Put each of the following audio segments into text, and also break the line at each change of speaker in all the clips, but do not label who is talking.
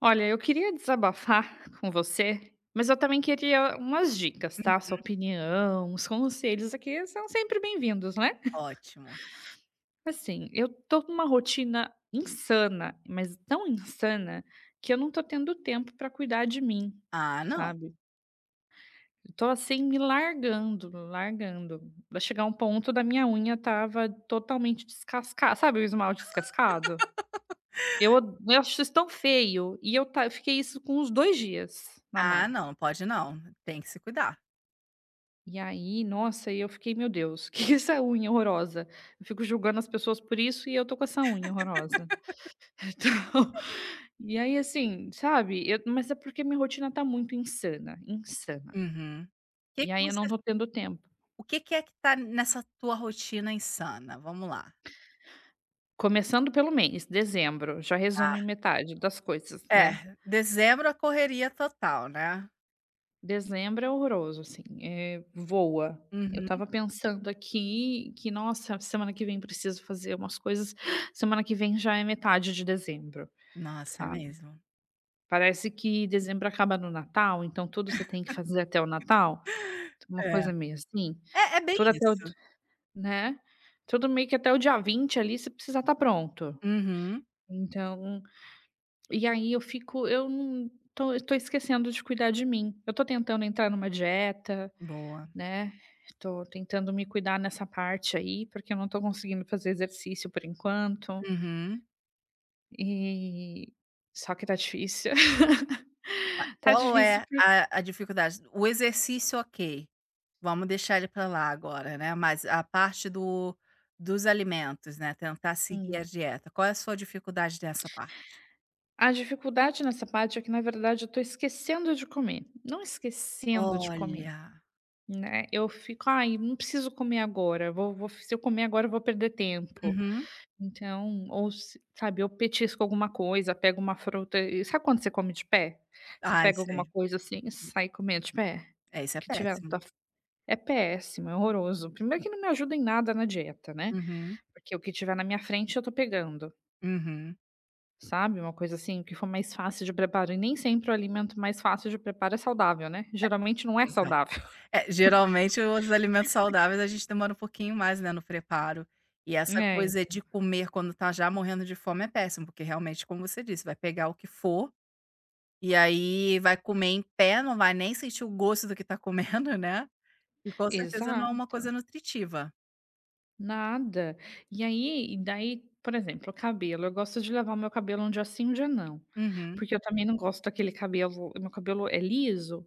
Olha, eu queria desabafar com você, mas eu também queria umas dicas, tá? Sua
Uhum,
opinião, os conselhos aqui são sempre bem-vindos, né?
ótimo.
Assim, eu tô numa rotina insana, mas tão insana que eu não tô tendo tempo pra cuidar de mim,
Ah não,
sabe? Eu tô assim me largando, largando. Vai chegar um ponto da minha unha tava totalmente descascada, sabe o esmalte descascado? Eu acho isso tão feio e eu fiquei isso com uns 2 dias na
ah
mão.
não, pode não, tem que se cuidar.
E aí, nossa, e eu fiquei: "Meu Deus, que é essa unha horrorosa". Eu fico julgando as pessoas por isso e eu tô com essa unha horrorosa. Então, e aí, assim, sabe, eu mas é porque minha rotina tá muito insana, insana.
Uhum.
E
Que
aí eu
você
não tô tendo tempo.
O que que é que tá nessa tua rotina insana? Vamos lá.
Começando pelo mês, dezembro, já
Ah,
resume metade das coisas, né.
é, dezembro a correria total, né.
Dezembro é horroroso, assim, voa. Eu
Uhum.
tava pensando aqui que, nossa, semana que vem preciso fazer umas coisas, semana que vem já é metade de dezembro,
Nossa, é
sabe.
mesmo.
Parece que dezembro acaba no Natal, então tudo você tem que fazer até o Natal, uma
É.
coisa meio assim,
É bem
tudo até o
isso.
né, tudo meio que até o dia 20 ali você precisa estar pronto.
Uhum.
Então, e aí eu fico eu não tô eu tô esquecendo de cuidar de mim. Eu tô tentando entrar numa dieta,
Boa.
né, tô tentando me cuidar nessa parte aí, porque eu não tô conseguindo fazer exercício por enquanto,
Uhum.
e só que tá difícil.
Ma
Tá
qual
difícil
é
porque
a dificuldade? O exercício, ok, vamos deixar ele para lá agora, né, mas a parte do dos alimentos, né, tentar seguir a dieta, qual é a sua dificuldade nessa parte?
A dificuldade nessa parte é que, na verdade, eu tô esquecendo de comer. Não esquecendo de comer,
Olha.
né, eu fico: "Ai, não preciso comer agora, vou vou se eu comer agora eu vou perder tempo".
Uhum.
Então ou se sabe, eu petisco alguma coisa, pego uma fruta e sabe quando você come de pé? Você
Ah,
pega
isso é,
alguma coisa, assim, e sai comendo de pé,
É, isso é
que tiver na
péssimo.
tua f é péssimo, é horroroso. Primeiro que não me ajuda em nada na dieta, né,
Uhum,
porque o que tiver na minha frente eu tô pegando.
uhum,
Sabe, uma coisa assim que for mais fácil de preparo e nem sempre o alimento mais fácil de preparo é saudável, né, geralmente não é
exato.
saudável.
É, geralmente os alimentos saudáveis a gente demora um pouquinho mais, né, no preparo. E essa
É,
coisa de comer quando tá já morrendo de fome é péssimo, porque realmente, como você disse, vai pegar o que for. E aí vai comer em pé, não vai nem sentir o gosto do que tá comendo, né, e com certeza
exa
não é uma coisa nutritiva.
nada. E daí, por exemplo, o cabelo, eu gosto de lavar o meu cabelo um dia sim, um dia não,
Uhum,
porque eu também não gosto daquele cabelo. Meu cabelo é liso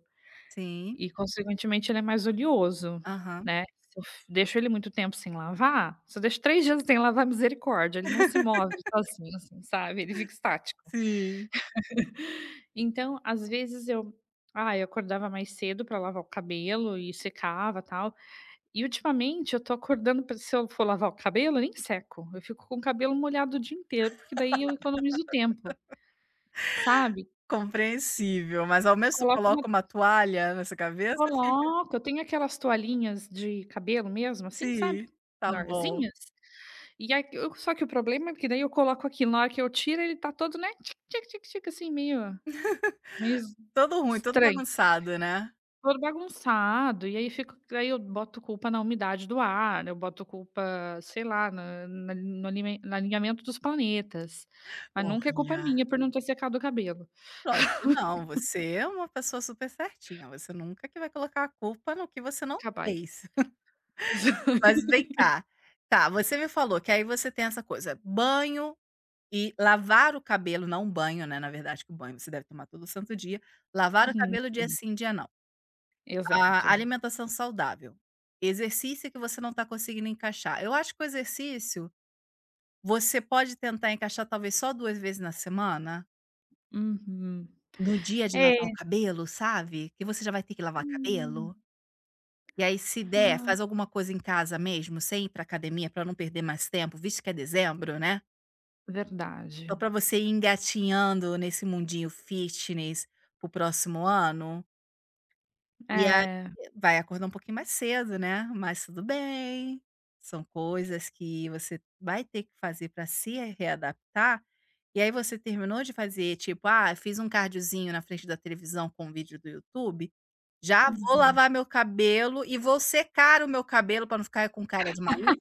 sim,
e consequentemente ele é mais oleoso,
aham.
né, se eu f deixo ele muito tempo sem lavar, se eu deixo 3 dias sem lavar misericórdia, ele não se move sozinho assim, sabe, ele fica estático.
Sim,
Então, às vezes eu acordava mais cedo para lavar o cabelo e secava, tal. E ultimamente eu tô acordando pra se eu for lavar o cabelo, eu nem seco, eu fico com o cabelo molhado o dia inteiro, porque daí eu economizo tempo, sabe.
compreensível, mas ao menos tu
Coloco uma
coloca uma toalha nessa cabeça, fica
Coloco, eu tenho aquelas toalhinhas de cabelo mesmo, assim, sabe,
sim, tá bom.
menorzinhas, e aí eu só que o problema é que daí eu coloco aqui na hora que eu tiro ele tá todo, né, tic tic tic tic, assim, meio
Todo ruim, todo
estranho.
bagunçado, né.
Todo bagunçado, e aí fico aí eu boto culpa na umidade do ar, eu boto culpa, sei lá, na na no alimen no alinhamento dos planetas, mas nunca é culpa
Olha,
minha por não ter secado o cabelo.
lógico que não, você é uma pessoa super certinha, você nunca que vai colocar a culpa no que você não
Capaz.
fez. Mas vem cá, tá, você me falou que aí você tem essa coisa, banho. E lavar o cabelo, não um banho, né, na verdade, que o banho você deve tomar todo santo dia. Lavar o
Uhum,
cabelo dia
sim,
sim, dia não. A
exato.
alimentação saudável, exercício que você não está conseguindo encaixar. Eu acho que o exercício, você pode tentar encaixar talvez só 2 vezes na semana,
Uhum.
no dia de lavar o
É.
cabelo, sabe, que você já vai ter que lavar
Hum.
cabelo. E aí se der,
Ah,
faz alguma coisa em casa mesmo, sem ir pra academia para não perder mais tempo, visto que é dezembro, né.
verdade.
Só para você ir engatinhando nesse mundinho fitness pro próximo ano, e aí
É.
vai acordar um pouquinho mais cedo, né, mas tudo bem, são coisas que você vai ter que fazer para se readaptar, e aí você terminou de fazer, tipo: "Ah, fiz um cardiozinho na frente da televisão com um vídeo do YouTube, já vou
Uhum.
lavar meu cabelo e vou secar o meu cabelo para não ficar com cara de maluca".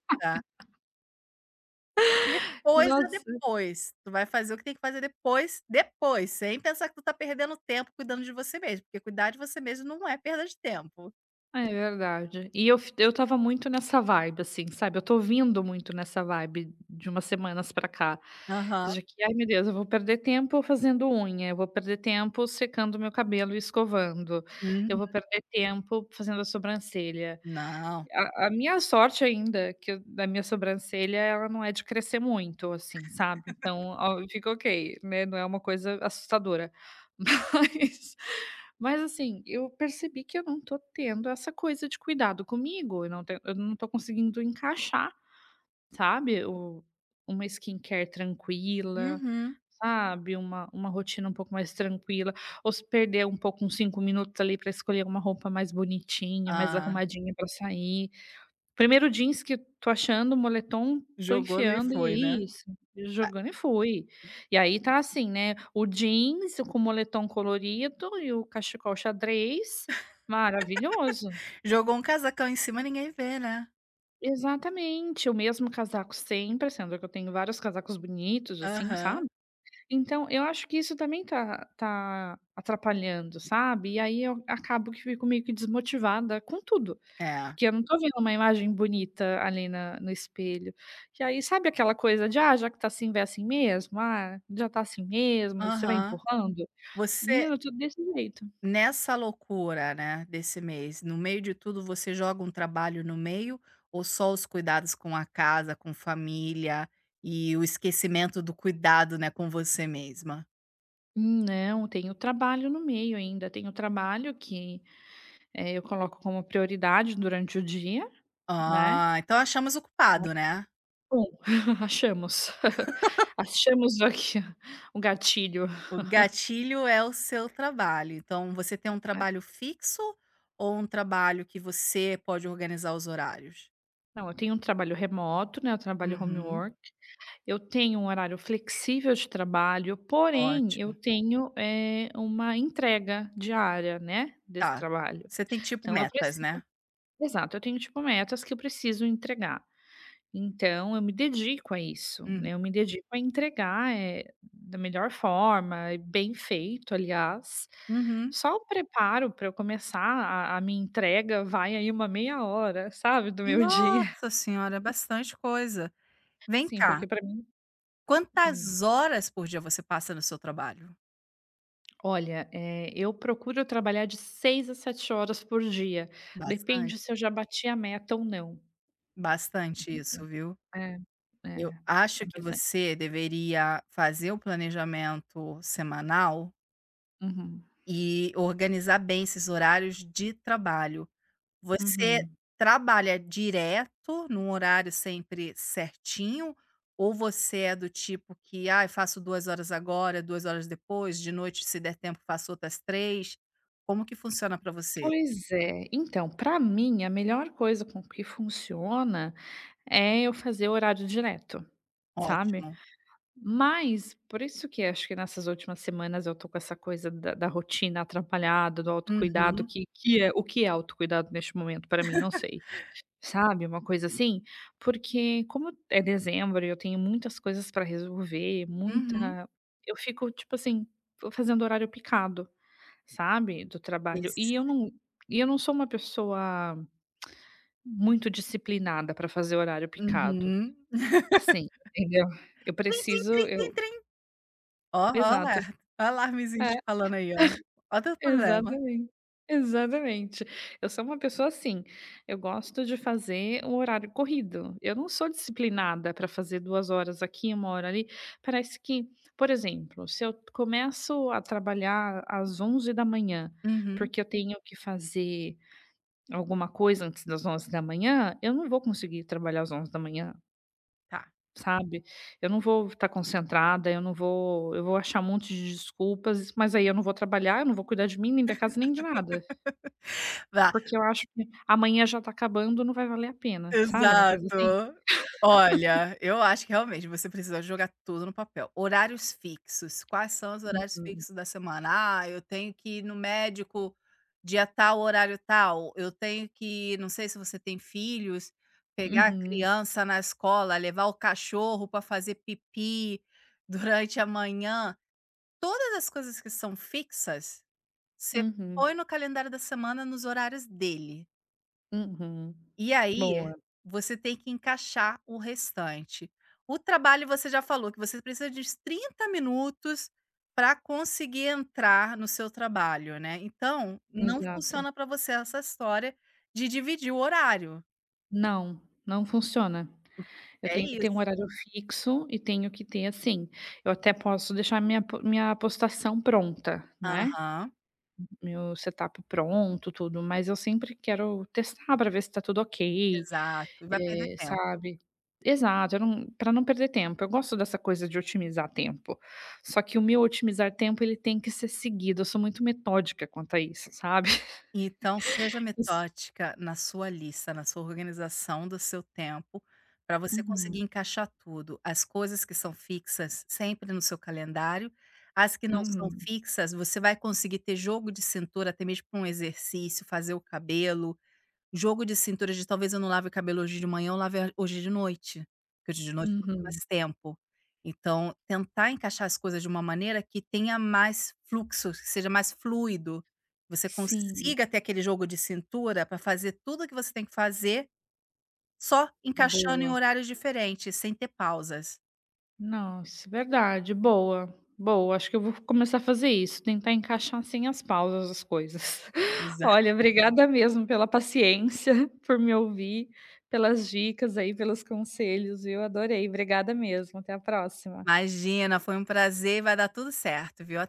Depois é
Nossa.
depois. Tu vai fazer o que tem que fazer depois, depois, sem pensar que tu tá perdendo tempo cuidando de você mesmo, porque cuidar de você mesmo não é perda de tempo.
Ah, é verdade. E eu estava muito nessa vibe, assim, sabe, eu estou vindo muito nessa vibe de umas semanas pra cá,
Aham.
já que: "Ai, meu Deus, eu vou perder tempo fazendo unha, eu vou perder tempo secando meu cabelo e escovando, eu
Uhum.
vou perder tempo fazendo a sobrancelha".
Não.
A minha sorte ainda, que eu da minha sobrancelha, ela não é de crescer muito, assim, sabe, então, ó, fica ok, né, não é uma coisa assustadora. Mas mas, assim, eu percebi que eu não tô tendo essa coisa de cuidado comigo, eu não tô conseguindo encaixar, sabe, o uma skincare tranquila,
Uhum.
sabe, uma rotina um pouco mais tranquila, ou se perder um pouco uns 5 minutos ali pra escolher uma roupa mais bonitinha, mais
Ah,
arrumadinha pra sair. Primeiro jeans que tô achando, moletom tô
jogou e
enfiando e
foi, né.
é isso,
Ah,
jogando e fui. E aí tá assim, né, o jeans com o moletom colorido e o cachecol xadrez, maravilhoso.
jogou um casacão em cima, ninguém vê, né.
Exatamente, o mesmo casaco sempre, sendo que eu tenho vários casacos bonitos, assim,
Aham.
sabe. Então, eu acho que isso também tá atrapalhando, sabe. E aí eu acabo que fico meio que desmotivada com tudo,
É.
porque eu não tô vendo uma imagem bonita ali na no espelho. E aí, sabe aquela coisa de: "Ah, já que tá assim, vai assim mesmo. Ah, já tá assim mesmo", você vai
Aham.
empurrando.
Você
Menina, eu tô desse jeito.
Nessa loucura, né, desse mês, no meio de tudo, você joga um trabalho no meio ou só os cuidados com a casa, com família e o esquecimento do cuidado, né, com você mesma?
Não, tem o trabalho no meio ainda. Tem o trabalho que, eu coloco como prioridade durante o dia, né.
Ah, então achamos o culpado, né?
Bom, achamos. Achamos aqui um gatilho.
O gatilho é o seu trabalho. Então você tem um
É.
trabalho fixo ou um trabalho que você pode organizar os horários?
Não, eu tenho um trabalho remoto, né, eu trabalho home
Uhum,
work, eu tenho um horário flexível de trabalho, porém eu
ótimo.
tenho, uma entrega diária, né, desse
Tá.
trabalho.
Você tem tipo
Então eu
metas,
preciso
né?
Exato, eu tenho, tipo, metas que eu preciso entregar. Então eu me dedico a isso,
Uhum.
né, eu me dedico a entregar, da melhor forma e bem feito, aliás.
Uhum.
Só o preparo para eu começar a minha entrega vai aí uma meia hora, sabe, do meu dia.
Nossa senhora, é bastante coisa. Vem
Sim,
cá,
porque para mim hum,
quantas horas por dia você passa no seu trabalho?
olha, eu procuro trabalhar de 6 a 7 horas por dia, depende
Bastante?
se eu já bati a meta ou não.
Bastante isso,
Entendeu?
viu.
É, é,
Eu acho
é
que
bastante.
você deveria fazer o planejamento semanal
Uhum,
e organizar bem esses horários de trabalho. Você
uhum.
trabalha direto, num horário sempre certinho, ou você é do tipo que: "Ai, faço 2 horas agora, 2 horas depois, de noite, se der tempo, faço outras 3? Como que funciona para você?
Pois é. Então, para mim, a melhor coisa com que funciona é eu fazer horário direto, sabe.
Ótimo.
Mas, por isso que acho que nessas últimas semanas eu tô com essa coisa da rotina atrapalhada, do autocuidado,
Uhum,
que é o que é autocuidado neste momento para mim? Não sei. Sabe, uma coisa assim? Porque como é dezembro e eu tenho muitas coisas para resolver,
uhum.
muita eu fico, tipo assim, fazendo horário picado. Sabe, do trabalho.
Isso.
E eu não sou uma pessoa muito disciplinada para fazer horário picado,
Uhum.
assim, entendeu. Eu
Trim, trim,
preciso
trim,
eu
trim, trim. Ó,
Exato.
alerta, ó o alarmezinho
É,
te falando aí, ó. Ó teu problema.
exatamente. Exatamente. Eu sou uma pessoa assim, eu gosto de fazer um horário corrido. Eu não sou disciplinada para fazer 2 horas aqui, uma hora ali. Parece que, por exemplo, se eu começo a trabalhar às 11 da manhã
Uhum,
porque eu tenho que fazer alguma coisa antes das 11 da manhã, eu não vou conseguir trabalhar às 11 da manhã,
tá.
sabe. Eu não vou estar concentrada, eu não vou eu vou achar um monte de desculpas, mas aí eu não vou trabalhar, eu não vou cuidar de mim, nem da casa, nem de nada,
Vai.
porque eu acho que amanhã já está acabando, não vai valer a pena, sabe, uma coisa
Exato.
assim?
Olha, eu acho que realmente você precisa jogar tudo no papel. Horários fixos, quais são os horários
Uhum.
fixos da semana? "Ah, eu tenho que ir no médico dia tal, horário tal, eu tenho que", não sei se você tem filhos, "pegar a
Uhum.
criança na escola, levar o cachorro para fazer pipi durante a manhã". Todas as coisas que são fixas, você
Uhum.
põe no calendário da semana nos horários dele.
Uhum.
E aí,
Boa.
você tem que encaixar o restante. O trabalho você já falou que você precisa de uns 30 minutos para conseguir entrar no seu trabalho, né, então não
Exato.
funciona para você essa história de dividir o horário.
Não, não funciona. Eu
É
tenho que ter um
isso.
horário fixo e tenho que ter, assim, eu até posso deixar minha postação pronta, né,
Aham,
meu setup pronto, tudo, mas eu sempre quero testar para ver se tá tudo ok,
exato, vai perder tempo.
sabe. Exato, eu não pra não perder tempo, eu gosto dessa coisa de otimizar tempo, só que o meu otimizar tempo ele tem que ser seguido, eu sou muito metódica quanto a isso, sabe.
Então seja
Isso.
metódica na sua lista, na sua organização do seu tempo, para você conseguir
Uhum,
encaixar tudo. As coisas que são fixas sempre no seu calendário, as que não são
uhum,
fixas, você vai conseguir ter jogo de cintura, até mesmo para um exercício, fazer o cabelo. Jogo de cintura de talvez eu não lave o cabelo hoje de manhã, eu lave a hoje de noite, porque hoje de noite eu vou ter mais
uhum.
tempo. Então, tentar encaixar as coisas de uma maneira que tenha mais fluxo, que seja mais fluido, você
Sim,
consiga ter aquele jogo de cintura para fazer tudo o que você tem que fazer, só encaixando em
boa.
horários diferentes, sem ter pausas.
Nossa, verdade, boa, boa. Acho que eu vou começar a fazer isso, tentar encaixar sem as pausas as coisas.
Exa
Olha, obrigada mesmo pela paciência, por me ouvir, pelas dicas aí, pelos conselhos, viu? Adorei, obrigada mesmo. Até a próxima.
Imagina, foi um prazer e vai dar tudo certo, viu?